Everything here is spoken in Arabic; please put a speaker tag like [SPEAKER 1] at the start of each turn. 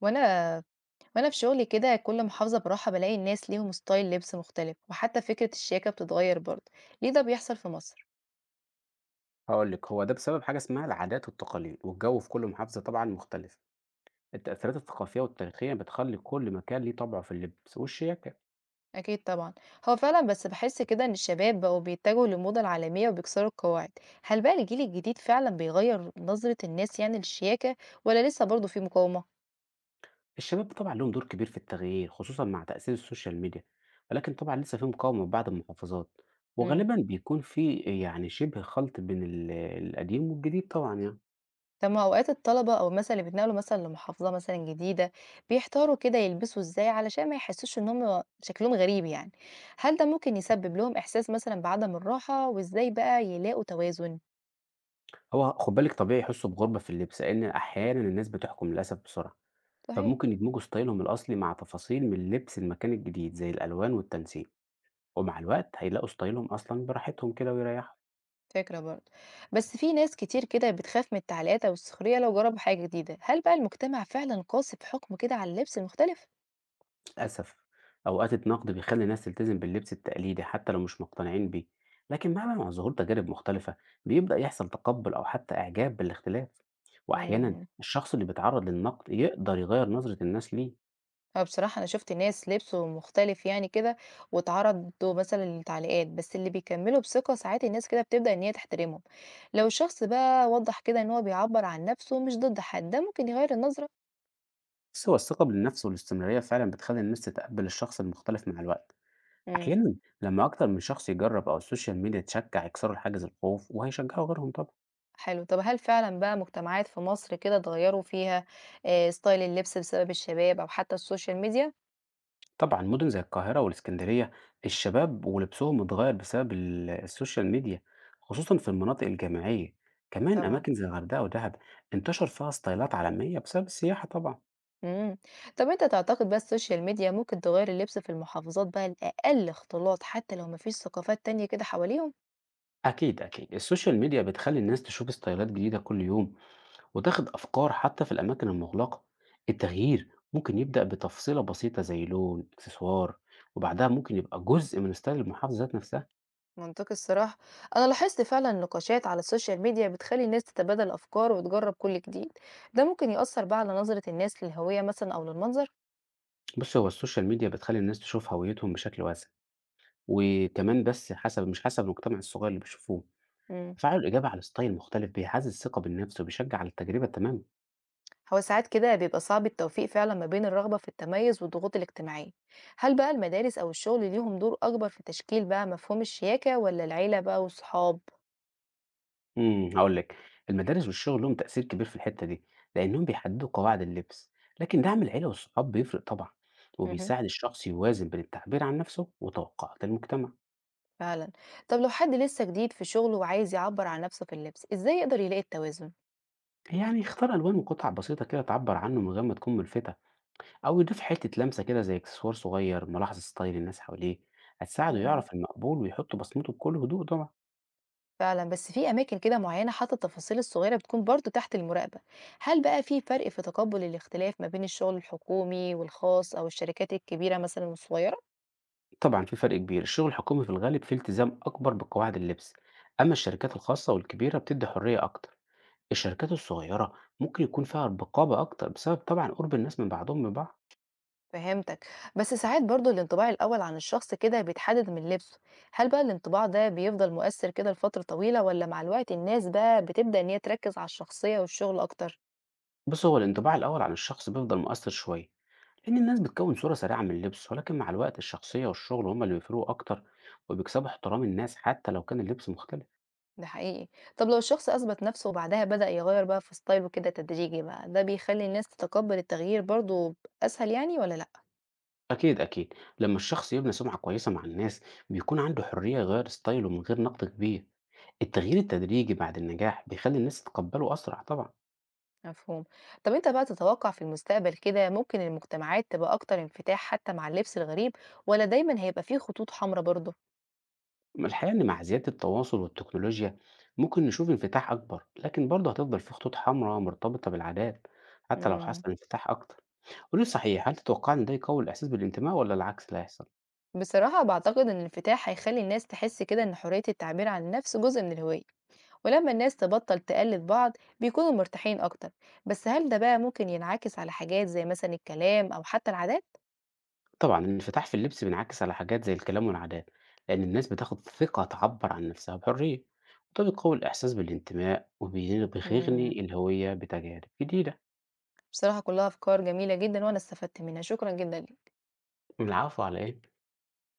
[SPEAKER 1] وانا وانا في شغلي كده كل محافظة بروحها بلاقي الناس ليهم ستايل لبس مختلف، وحتى فكرة الشياكة بتتغير برضه. ليه ده بيحصل في مصر؟
[SPEAKER 2] هاقول لِك، هو ده بسبب حاجة اسمها العادات والتقاليد، والجو في كل محافظة طبعًا مختلف. التأثيرات الثقافية والتاريخية بتخلّي كل مكان ليه طبعه في اللبس والشياكة.
[SPEAKER 1] اكيد طبعا. هو فعلا، بس بحس كده ان الشباب بقوا بيتجهوا للموضة العالمية وبيكسروا القواعد. هل بقى الجيل الجديد فعلا بيغير نظرة الناس يعني للشياكة، ولا لسه برضه في مقاومة؟
[SPEAKER 2] الشباب طبعًا ليهم دور كبير في التغيير، خصوصًا مع تأثير السوشيال ميديا، ولكن طبعًا لسه في مقاومة في بعض المحافظات،
[SPEAKER 1] إمم.
[SPEAKER 2] وغالبًا بيكون في شبه خلط بين القديم والجديد طبعًا يعني.
[SPEAKER 1] طب ما أوقات الطلبة أو مثلًا اللي بيتنقلوا مثلًا لمحافظة مثلًا جديدة، بيحتاروا كده يلبسوا إزاي علشان ما يحسّوش إن هم شكلهم غريب يعني، هل ده ممكن يسبب لهم إحساس مثلًا بعدم الراحة، وإزاي بقى يلاقوا توازن؟
[SPEAKER 2] هو خُد بالِك طبيعي يحسّوا بغُربة في اللبس، لإن أحيانًا الناس بتحكم للأسف بسرعة،
[SPEAKER 1] صحيح،
[SPEAKER 2] فممكن يدمجوا ستايلهم الأصلي مع تفاصيل من لبس المكان الجديد زي الألوان والتنسيق. ومع الوقت هيلاقوا ستايلهم أصلًا براحتهم كده ويريحهم.
[SPEAKER 1] فكرة برضه، بس في ناس كتير كده بتخاف من التعليقات أو السخرية لو جربوا حاجة جديدة، هل بقى المجتمع فعلًا قاسي بحكمه كده على اللبس المختلف؟
[SPEAKER 2] للأسف أوقات النقد بيخلّي الناس تلتزم باللبس التقليدي حتى لو مش مقتنعين بيه، لكن مهما مع ظهور تجارب مختلفة بيبدأ يحصل تقبُّل أو حتى إعجاب بالاختلاف، وأحيانًا
[SPEAKER 1] إمم.
[SPEAKER 2] الشخص اللي بيتعرّض للنقد يقدر يغيّر نظرة الناس ليه.
[SPEAKER 1] هو بصراحة أنا شُفت ناس لبسوا مختلف يعني كده، واتعرضوا مثلًا للتعليقات، بس اللي بيكمّلوا بثقة ساعات الناس كده بتبدأ إن هي تحترمهم، لو الشخص بقى وضّح كده إن هو بيعبّر عن نَفْسه مش ضد حد، ده ممكن يغيّر النظرة.
[SPEAKER 2] بس هو الثقة بالنفس والاستمرارية فعلًا بتخلّي الناس تتقبّل الشخص المختلف مع الوقت،
[SPEAKER 1] إمم،
[SPEAKER 2] أحيانًا لمّا أكتر من شخص يجرّب أو السوشيال ميديا تشجّع يكسروا حاجز الخوف وهيشجعوا غيرهم طبعًا.
[SPEAKER 1] حلو، طَب هل فعلًا بقى مجتمعات في مصر كده اتغيّروا فيها ستايل اللبس بسبب الشباب أو حتى السوشيال ميديا؟
[SPEAKER 2] طبعًا مدن زي القاهرة والإسكندرية، الشباب ولبسهم اتغير بسبب السوشيال ميديا، خصوصًا في المناطق الجامعية. كمان
[SPEAKER 1] طبعًا.
[SPEAKER 2] أماكن زي الغردقة ودهب انتشر فيها ستايلات عالمية بسبب السياحة طبعًا.
[SPEAKER 1] إمم، طَب أنت تعتقد بقى السوشيال ميديا ممكن تغيّر اللبس في المحافظات بقى لأقل اختلاط حتى لو ما فيش ثقافات تانية كده حواليهم؟
[SPEAKER 2] أكيد، أكيد. السوشيال ميديا بتخلّي الناس تشوف ستايلات جديدة كل يوم وتاخد أفكار حتى في الأماكن المغلقة. التغيير ممكن يبدأ بتفصيلة بسيطة زي لون، إكسسوار، وبعدها ممكن يبقى جزء من ستايل المحافظة ذات نفسها.
[SPEAKER 1] منطقي الصراحة. أنا لاحظت فعلا نقاشات على السوشيال ميديا بتخلي الناس تتبادل أفكار وتجرب كل جديد. ده ممكن يأثر بقى على نظرة الناس للهوية مثلا أو للمنظر.
[SPEAKER 2] بُص، هو السوشيال ميديا بتخلّي الناس تشوف هويتهم بشكل واسع. وكمان بس حسب مش حسب المجتمع الصغير اللي بيشوفوه.
[SPEAKER 1] مم.
[SPEAKER 2] تفاعل الإجابة على ستايل مختلف بيعزز الثقة بالنفس وبيشجع على التجربة تمامًا.
[SPEAKER 1] هو ساعات كده بيبقى صعب التوفيق فعلا ما بين الرغبة في التميز والضغوط الاجتماعية. هل بقى المدارس أو الشغل ليهم دور أكبر في تشكيل بقى مفهوم الشياكة، ولا العيلة بقى والصحاب؟
[SPEAKER 2] إمم، هاقول لك، المدارس والشغل لهم تأثير كبير في الحتة دي، لأنهم بيحددوا قواعد اللبس، لكن دعم العيلة والصحاب بيفرق طبعًا،
[SPEAKER 1] مهم.
[SPEAKER 2] وبيساعد الشخص يوازن بين التعبير عن نفسه وتوقعات المجتمع.
[SPEAKER 1] فعلا. طب لو حد لسه جديد في شغله وعايز يعبر عن نفسه في اللبس، إزاي يقدر يلاقي التوازن؟
[SPEAKER 2] يعني يختار ألوان وقطع بسيطة كده تعبر عنه من غير ما تكون ملفتة، أو يضيف حتة لمسة كده زي إكسسوار صغير، ملاحظة ستايل الناس حواليه، هتساعده
[SPEAKER 1] مم.
[SPEAKER 2] يعرف المقبول ويحط بصمته بكل هدوء طبعًا.
[SPEAKER 1] فعلا، بس في أماكن كده معينة حتى التفاصيل الصغيرة بتكون برضو تحت المراقبة. هل بقى في فرق في تقبل الاختلاف ما بين الشغل الحكومي والخاص، أو الشركات الكبيرة مثلا والصغيرة؟
[SPEAKER 2] طبعا في فرق كبير، الشغل الحكومي في الغالب فيه التزام أكبر بقواعد اللبس، أما الشركات الخاصة والكبيرة بتدي حرية أكتر. الشركات الصغيرة ممكن يكون فيها رقابة أكتر بسبب طبعا قرب الناس من بعضهم من بعض.
[SPEAKER 1] فهمتك. بس ساعات برضو الانطباع الأول عن الشخص كده بيتحدد من لبسه. هل بقى الانطباع ده بيفضل مؤثر كده لفترة طويلة، ولا مع الوقت الناس بقى بتبدأ إن هي تركز على الشخصية والشغل أكتر؟
[SPEAKER 2] بس هو الانطباع الأول عن الشخص بيفضل مؤثر شوية، لأن الناس بتكون صورة سريعة من اللبس، ولكن مع الوقت الشخصية والشغل هما اللي بيفرقوا أكتر، وبيكسبوا احترام الناس حتى لو كان اللبس مختلف.
[SPEAKER 1] ده حقيقي. طب لو الشخص أثبت نفسه وبعدها بدأ يغير بقى في ستايله كده تدريجي، بقى ده بيخلي الناس تتقبل التغيير برضو أسهل يعني، ولا لأ؟
[SPEAKER 2] أكيد، أكيد. لما الشخص يبني سمعة كويسة مع الناس بيكون عنده حرية يغير ستايله من غير نقد كبير. التغيير التدريجي بعد النجاح بيخلي الناس تتقبله أسرع طبعا.
[SPEAKER 1] مفهوم. طب أنت بقى تتوقع في المستقبل كده ممكن المجتمعات تبقى أكتر انفتاح حتى مع اللبس الغريب، ولا دايمًا هيبقى فيه خطوط حمرا برضه؟
[SPEAKER 2] أما الحقيقة إن مع زيادة التواصل والتكنولوجيا ممكن نشوف انفتاح أكبر، لكن برضه هتفضل في خطوط حمراء مرتبطة بالعادات حتى لو
[SPEAKER 1] إمم.
[SPEAKER 2] حصل انفتاح أكتر. قولي صحيح، هل تتوقع إن ده يقوي الإحساس بالانتماء ولا العكس اللي هيحصل؟
[SPEAKER 1] بصراحة باعتقد إن الانفتاح هيخلّي الناس تحس كده إن حرية التعبير عن النفس جزء من الهوية، ولمّا الناس تبطّل تقلد بعض بيكونوا مرتاحين أكتر، بس هل ده بقى ممكن ينعكس على حاجات زي مثلًا الكلام أو حتى العادات؟
[SPEAKER 2] طبعا الانفتاح في اللبس بينعكس على حاجات زي الكلام والعادات، لأن الناس بتاخد ثقة تعبر عن نفسها بحرية، وده بيقوي الإحساس بالانتماء
[SPEAKER 1] إمم.
[SPEAKER 2] وبيغني الهوية بتجارب جديدة.
[SPEAKER 1] بصراحة كلها أفكار جميلة جدًا وأنا استفدت منها، شكرًا جدًا ليك.
[SPEAKER 2] العفو على إيه؟